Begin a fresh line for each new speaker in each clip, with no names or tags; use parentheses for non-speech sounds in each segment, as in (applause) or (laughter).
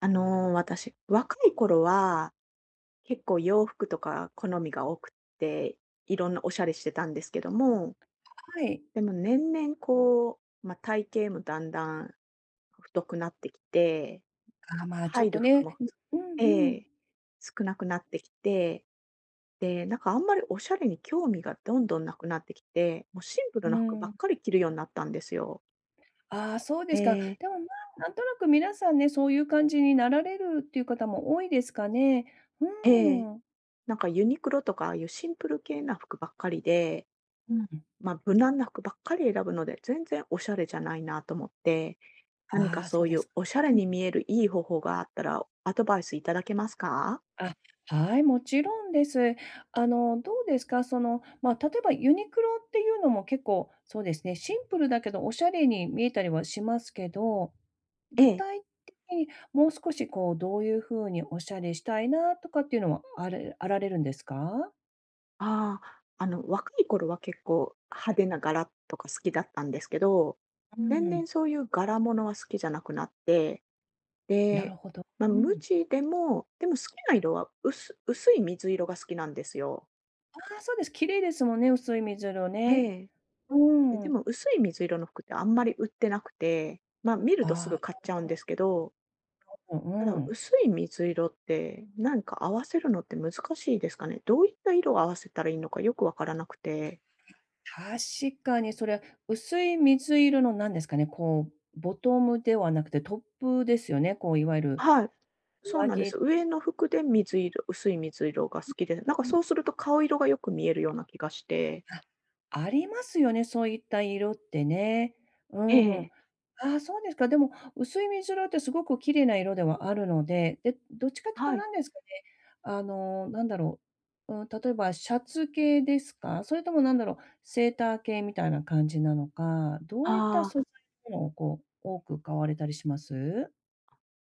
私、若い頃は、結構洋服とか好みが多くて、いろんなおしゃれしてたんですけども、
はい。
でも年々こう、まあ、体型もだんだん太くなってきて、
ちょっ
入る
と
服も、
ね、うんう
え
んうん。
え、少なくなってきて、で、なんかあんまりおしゃれに興味がどんどんなくなってきて、もうシンプルな服ばっかり着るようになったんですよ。
ああ、そうで
え
すか。
え、
でも、まあ、なんとなく皆さんね、そういう感じになられるっていう方も多いですかね。う
ええ、
ん。
なんかユニクロとかああいうシンプル系な服ばっかりで、
うん。
まあ、無難な服ばっかり選ぶので、全然おしゃれじゃないなと思って、何か
ああ、そ
そ
う
うい
です
う
か。
おしゃれ
うん。
に見えるいい方法があったら、アドバイスいただけますか？
あ、はい、もちろんです。どうですか？その、まあ、例えばユニクロっていうのも結構、そうですね、シンプルだけどおしゃれに見えたりはしますけど、
え
具
え。
体的にもう少しこう、どういう風におしゃれしたいなとかっていうのはあられるんですか？
ああ、若い頃は結構派手な柄とか好きだったんですけど、
う
年
ん。
々
ん、
そういう柄物は好きじゃなくなって、
なる
で、
ほど。
まあ、
う
無
ん。
地でも、でも好きな色は薄い水色が好きなんですよ。
ああ、そうです。綺麗ですもんね、薄い水色ね。
ええ。
う
で、で
ん。
も薄い水色の服ってあんまり売ってなくて、ま、見るとす
あ
ぐ買っ
あ、
ちゃうんですけど、
う
ただ、
ん。
薄い水色って、なんか合わせるのって難しいですかね？どういった色を合わせたらいいのかよくわからなくて。
確かにそれ、薄い水色の何ですかね、こうボトムではなくてトップですよね、こういわゆる
はい。そう
上
なんで
着。
す。上の服で薄い水色が好きで、なんかそうすると顔色がよく見えるような気がして。
あ、ありますよね、そういった色ってね。う
え
ん。
え。
ああ、そうですか。でも、薄い水色ってすごく綺麗な色ではあるので、で、どっちかっていうと
はい。
何ですかね、あの、なんだろ例えばシャツ系ですか？それともなんだろう、セーター系みたいな感じなのか、どういった
ああ、
素材のものをこう、多く買われたりします？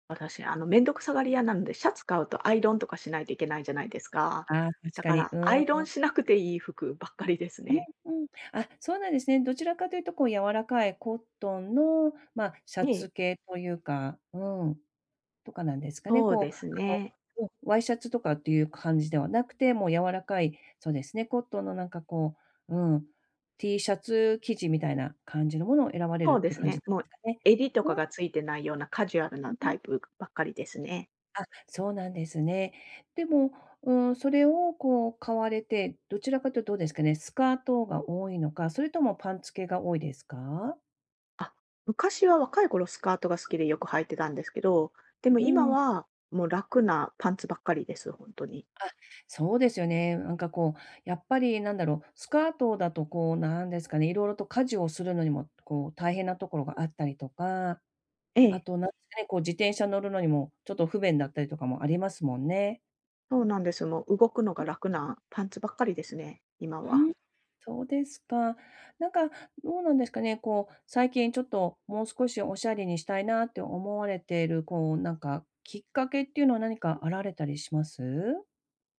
私、めんどくさがり屋なので、シャツ買うとアイロンとかしないといけないじゃないですか。
ああ、確
だ
か
か
に。
ら、
う
アイロ
ん。
ンしなくていい服ばっかりですね。
うんうん。あ、そうなんですね。どちらかというとこう柔らかいコットンの、ま、あシャ
え
ツ
え、
系というか、うん、とかなんですかね。
そうですね。
ワイシャツとかっていう感じではなくて、もう柔らかい、そうですね、コットンのこう、うん、T シャツ生地みたいな感じのものを選ばれる
そう
っ
で
ていう
す
感じ
ね。
なん
も
で
う
すかね。
襟とかがついてないようなカジュアルな
う
タ
ん。
イプばっかりですね。
あ、そうなんですね。でも、うん、それをこう買われて、どちらかというとどうですかね、スカートが多いのか、それともパンツ系が多いですか？
あ、昔は若い頃スカートが好きでよく履いてたんですけど、でも
う
今
ん、
はもう楽なパンツばっかりです、本当に。
そうですよね。なんかこう、やっぱりなんだろう、スカートだとこうなんですかね、いろいろと家事をするのにもこう大変なところがあったりとか、
え
あ
え、
となんですかね、こう自転車乗るのにもちょっと不便だったりとかもありますもんね。
そうなんです。もう動くのが楽なパンツばっかりですね、今
う
は。
ん、そうですか。なんか、どうなんですかね、こう、最近ちょっともう少しおしゃれにしたいなって思われている、こう、なんか、きっかけっていうのは何かあられたりします？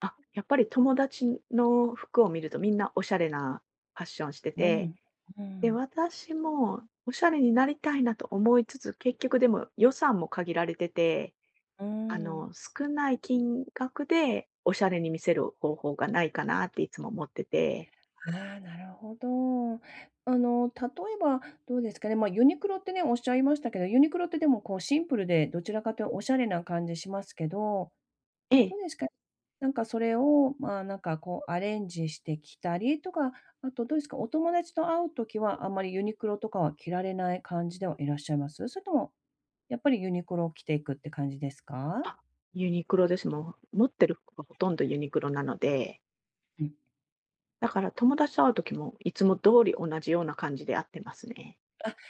あ、やっぱり友達の服を見るとみんなおしゃれなファッションして
う
て、
ん。う
で、
ん。
私もおしゃれになりたいなと思いつつ、結局でも予算も限られてて、
うん。
少ない金額でおしゃれに見せる方法がないかなっていつも思ってて。
ああ、なるほど。例えばどうですかね、まあ、ユニクロってね、おっしゃいましたけど、ユニクロってでもこうシンプルで、どちらかというとおしゃれな感じしますけど、
え
ど
え。
うですか？なんかそれを、まあ、なんかこうアレンジして着たりとか、あとどうですか、お友達と会うときはあんまりユニクロとかは着られない感じではいらっしゃいます？それともやっぱりユニクロを着ていくって感じですか？
あ、ユニクロです。もう持ってる服がほとんどユニクロなので、だから友達と会う時もいつも通り同じような感じで会ってますね。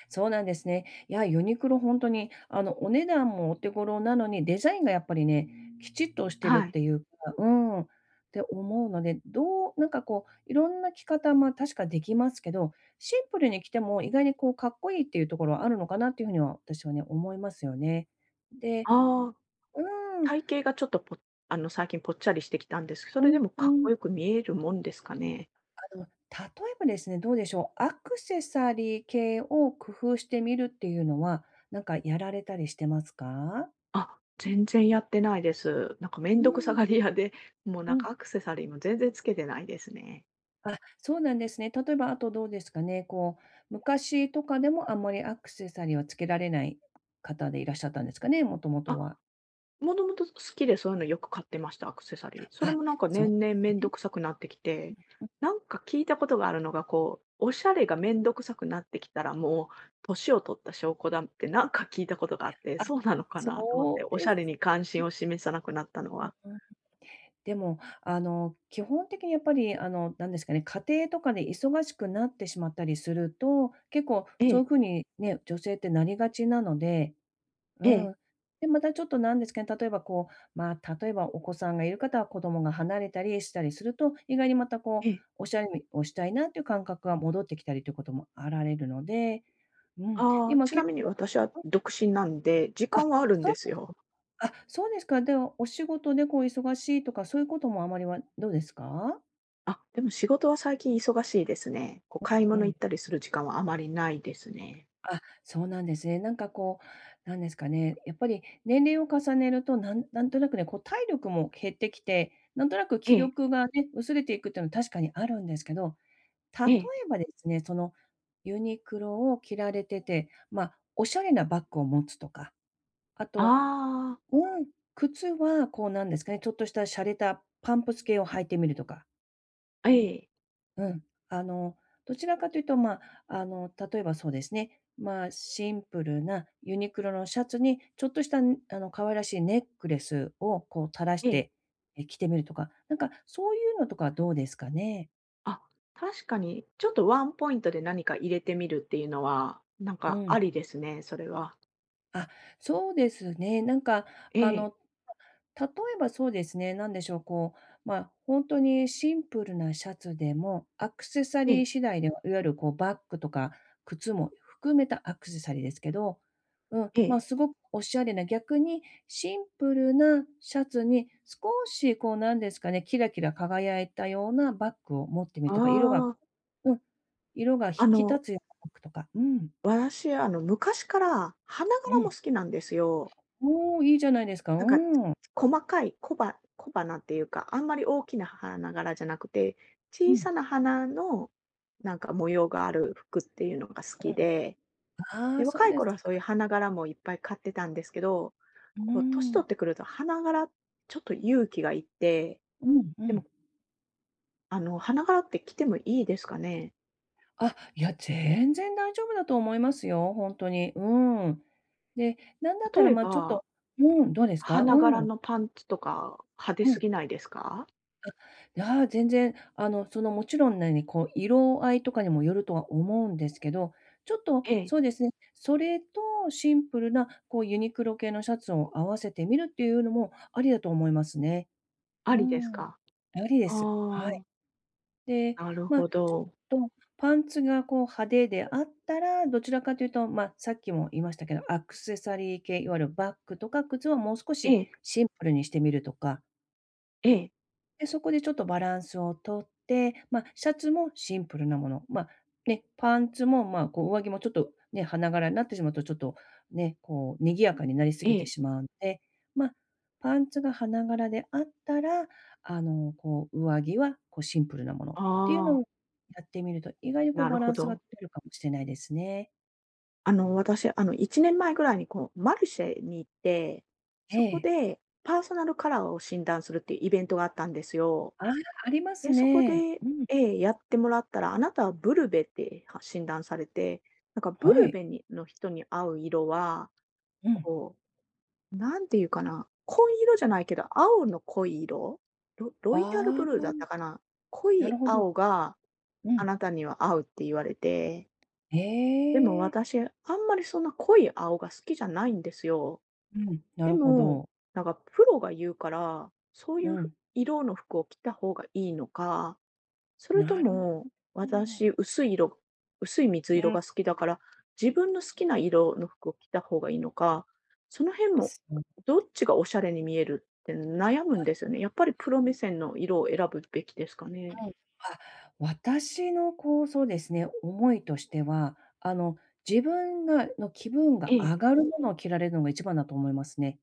そうなんですね。いや、ユニクロ本当に、あの、お値段もお手頃なのに、デザインがやっぱりね、きちっとしてるっ
はい。
ていうか、うん、って思うので、どう、なんかこう、いろんな着方、ま、確かできますけど、シンプルに着ても意外にこう、かっこいいっていうところはあるのかなっていうふうには、私はね、思いますよね。で
ああ、
うん、
体型がちょっとぽあの、最近ぽっちゃりしてきたんですけど、そ
う
れで
ん
も
う
かっこ
ん。
よく見えるもんですかね？
あの、例えばですね、どうでしょう、アクセサリー系を工夫してみるっていうのは、なんかやられたりしてますか？
あ、全然やってないです。なんかめん
う
どくさ
ん、
がり屋で、もう
う
なん
ん。
かアクセサリーも全然つけてないですね。
あ、そうなんですね。例えば、あとどうですかね、こう、昔とかでもあんまりアクセサリーはつけられない方でいらっしゃったんですかね、もともと
あ、
は。
もともと好きでそういうのよく買ってました、アクセサリー。それ
あ、
もなんか
そうで
年々めん
す
どく
ね。
さくなってきて、なんか聞いたことがあるのが、こう、おしゃれがめんどくさくなってきたらもう年を取った証拠だってなんか聞いたことがあって、
あ、
そうなのかなと思っ
そ
て、
う
おし
で
ゃ
す。
れに関心を示さなくなったの
う
は。
ん。でも、あの、基本的にやっぱり、あの、なんですかね、家庭とかで忙しくなってしまったりすると、結構
え
そうい
え、
う風にね、女性ってなりがちなので、う
ええ、
ん。で、またちょっとなんですけど、例えばこう、まあ、例えばお子さんがいる方は子供が離れたりしたりすると、意外にまたこ
え
う、
え。
おしゃれをしたいなっていう感覚が戻ってきたりということもあられるので、うん、
ああ、
今
ちな
結
みに
構。
私は独身なんで、時
あ、
間はあるん
そ
で
うで
す
すか。
よ。
あ、そうですか。では、お仕事でこう忙しいとか、そういうこともあまりはどうですか？
あ、でも仕事は最近忙しいですね。こう買い
う
物行
ん。
ったりする時間はあまりないですね。
あ、そうなんですね。なんかこう、なんですかね、やっぱり年齢を重ねると、なんなんとなくね、こう体力も減ってきて、なんとなく
え
気
え、
力がね、薄れていくっていうのは確かにあるんですけど、例え
ええ。
ばですね、そのユニクロを着られてて、まあ、おしゃれなバッグを持つとか、あ
あ
と、
あ。
うん、靴はこうなんですかね、ちょっとした洒落たパンプス系を履いてみるとか。
ええ、
うん。あの、どちらかというと、まあ、あの、例えばそうですね、まあ、シンプルなユニクロのシャツに、ちょっとした、ん、あの、可愛らしいネックレスをこう垂らし
ええ。
て、え、着てみるとか、なんかそういうのとかどうですかね？
あ、確かに、ちょっとワンポイントで何か入れてみるっていうのは、なん
う
かあ
ん。
りですね、それは。
あ、そうですね。なんか、
え
あ
え、
の、例えばそうですね、なんでしょう、こう、まあ、本当にシンプルなシャツでも、アクセサ
え
リー
え、
次第では、いわゆるこうバッグとか靴も含めたアクセサリーですけど、うん、ま
え
あ、
え。
すごくおしゃれな、逆にシンプルなシャツに少しこうなんですかね、キラキラ輝いたようなバッグを持ってみ
あ
るとか、
あ、
うん、色が引
あ
き立
の、
つようなバッグとか、うん、
私、昔から花
う
柄も好
ん。
きなんですよ。
おお、いいじゃないですか。
なん
う
か、
ん。
細かい小花っていうか、あんまり大きな花柄じゃなくて、
う
小
ん。
さな花の、なんか模様がある服っていうのが好きで
あ
で、
あ、そう
若い
です
頃はそういう
か。
花柄もいっぱい買ってたんですけど、
う
こう年取っ
ん。
てくると花柄、ちょっと勇気がいって、
うんう
でも、
ん。
花柄って着てもいいですかね？
あ、いや、全然大丈夫だと思いますよ、ほんとに。うん。で、なんだったら、
例え
ま、ちょっ
ば、
と、うん、どうですか？う
花柄
ん、
のパンツとか派手
う
す
ん。
ぎないですか？
ああ、全然、あの、その、もちろんなに、こう、色合いとかにもよるとは思うんですけど、ちょっと、
ええ、
そうですね、それとシンプルな、こう、ユニクロ系のシャツを合わせてみるっていうのもありだと思いますね。
あ
う
りです
ん。
か？
ありで
あ
す。はい。
あ、
で、
なる
まあ、ち
ほ
ょっ
ど。
とパンツがこう派手であったら、どちらかというと、まあ、さっきも言いましたけど、アクセサリー系、いわゆるバッグとか靴はもう少し
ええ、
シンプルにしてみるとか。
ええ、
で、そこでちょっとバランスをとって、まあ、シャツもシンプルなもの、ま、ね、パンツも、まあ、こう、上着もちょっとね、花柄になってしまうと、ちょっとね、こう、賑やかになりすぎ
え
て
え。
しまうので、まあ、パンツが花柄であったら、あの、こう、上着は、こう、シンプルなものっていう
あ
の
あ、
をやってみると、意外にこう、
なる
バラ
ほ
ンスが
ど。
取れるかもしれないですね。
私、1年前ぐらいにこう、マルシェに行って、
え
そこ
え。
でパーソナルカラーを診断するっていうイベントがあったんですよ。
ああ、あります
で、そこ
ね。
で、
うん。
ええ、やってもらったら、あなたはブルベっては診断されて、なんかブ
は
ル
い。
ベにの人に合う色は、
うん。
こう、なんていうかな、紺色じゃないけど、青の濃い色、ロロ
あ
イヤルブ
あ、
ルーだったかな。濃
なる
い
ほど。
青が
う
あ
ん。
なたには合うって言われて、
へ
でも
え。
私、あんまりそんな濃い青が好きじゃないんですよ。
うん、な
で
るほ
も、
ど。
なんかプロが言うから、そうい
う
うふ
ん、
色の服を着た方がいいのか、それと
なるほ
も、
ど。
私、薄い色、薄い水
う
色
ん、
が好きだから、自分の好きな色の服を着た方がいいのか、その辺も、
そう、うん。
どっちがおしゃれに見えるって悩むんですよね。やっぱりプロ目線の色を選ぶべきですかね。
あ、私のこう、そうですね、思いとしては、あの、自分の気分が
え
上
え。
がるものを着られるのが一番だと思いますね。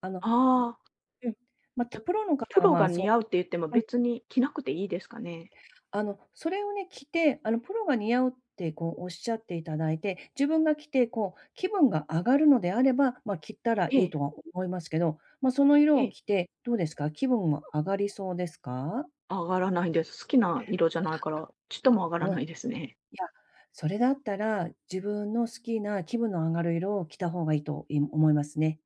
あの、
ああ、
うん、ま、
じゃ、
プロの
プ
方が、
ロ
まあ、
が
そう、
似合うって言っても別に着なくていいですかね？
あの、それをね、着て、あの、プロが似合うってこうおっしゃっていただいて、自分が着てこう気分が上がるのであれば、まあ、着たら
え
いい
え、
とは思いますけど、まあ、その色
え
を
え、
着てどうですか？気分が上がりそうですか？
あ、上がらないです。好きな色じゃないから、ちっとも上がら
うん、い
ないですね。
や、それだったら、自分の好きな気分の上がる色を着た方がいいと、思いますね。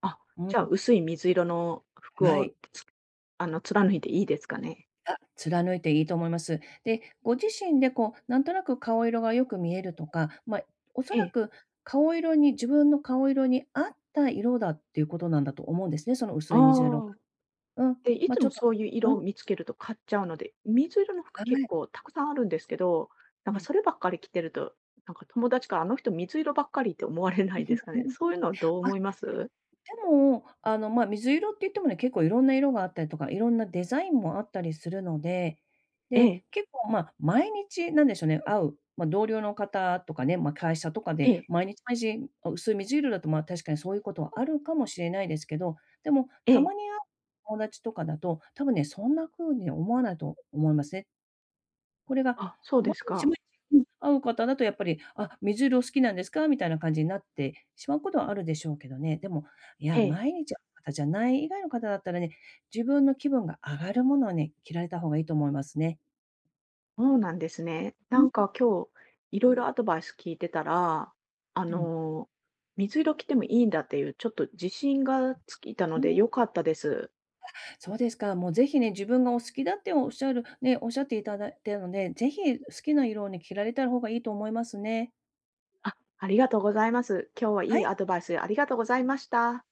あ、
うん、
じゃあ薄い水色の服
は
を
い。
つあの、貫いていいですかね？
あ、貫いていいと思います。で、ご自身でこう、なんとなく顔色がよく見えるとか、まあ、おそ
え
ら
え、
く顔色に自分の顔色に合った色だっていうことなんだと思うんですね、その薄い水色
あ
が。
あ。
うん、
で、い
まあ、
つ
ちょ
も
っと、
そういう
う
色
ん、
を見つけると買っちゃうので、水色の
は
服結
い。
構たくさんあるんですけど、なん
う
か
ん。
そればっかり着てると、なんか友達から、あの人水色ばっかりって思われないですかね？そういうのは
(laughs)
どう思います？
でも、あの、まあ、水色って言ってもね、結構いろんな色があったりとか、いろんなデザインもあったりするので、
ええ、
で、結構、まあ、毎日なんでしょうね、会う、まあ、同僚の方とかね、まあ、会社とか
え
で
え、
毎日毎日、あ、薄い水色だと、まあ、確かにそういうことはあるかもしれないですけど、でも
え
た
え。
まに会う友達とかだと、多分ね、そんな風に思わないと思いますね。これが
あ、そう
毎
です
日
か。
毎日、うん、会う方だとやっぱり、「あ、水色好きなんですか？」みたいな感じになってしまうことはあるでしょうけどね。でも、い
え
や、
え。
毎日会う方じゃない以外の方だったらね、自分の気分が上がるものをね、着られた方がいいと思いますね。
そうなんですね。
う
な
ん、
んか今日いろいろアドバイス聞いてたら、あ
うん。
の、水色着てもいいんだっていうちょっと自信がついたの
うん、
で良かったです。
そうですか。もうぜひね、自分がお好きだっておっしゃるね、おっしゃっていただいたので、ぜひ好きな色をね、着られた方がいいと思いますね。
あ、ありがとうございます。今日はい
は
い
い。
アドバイスありがとうございました。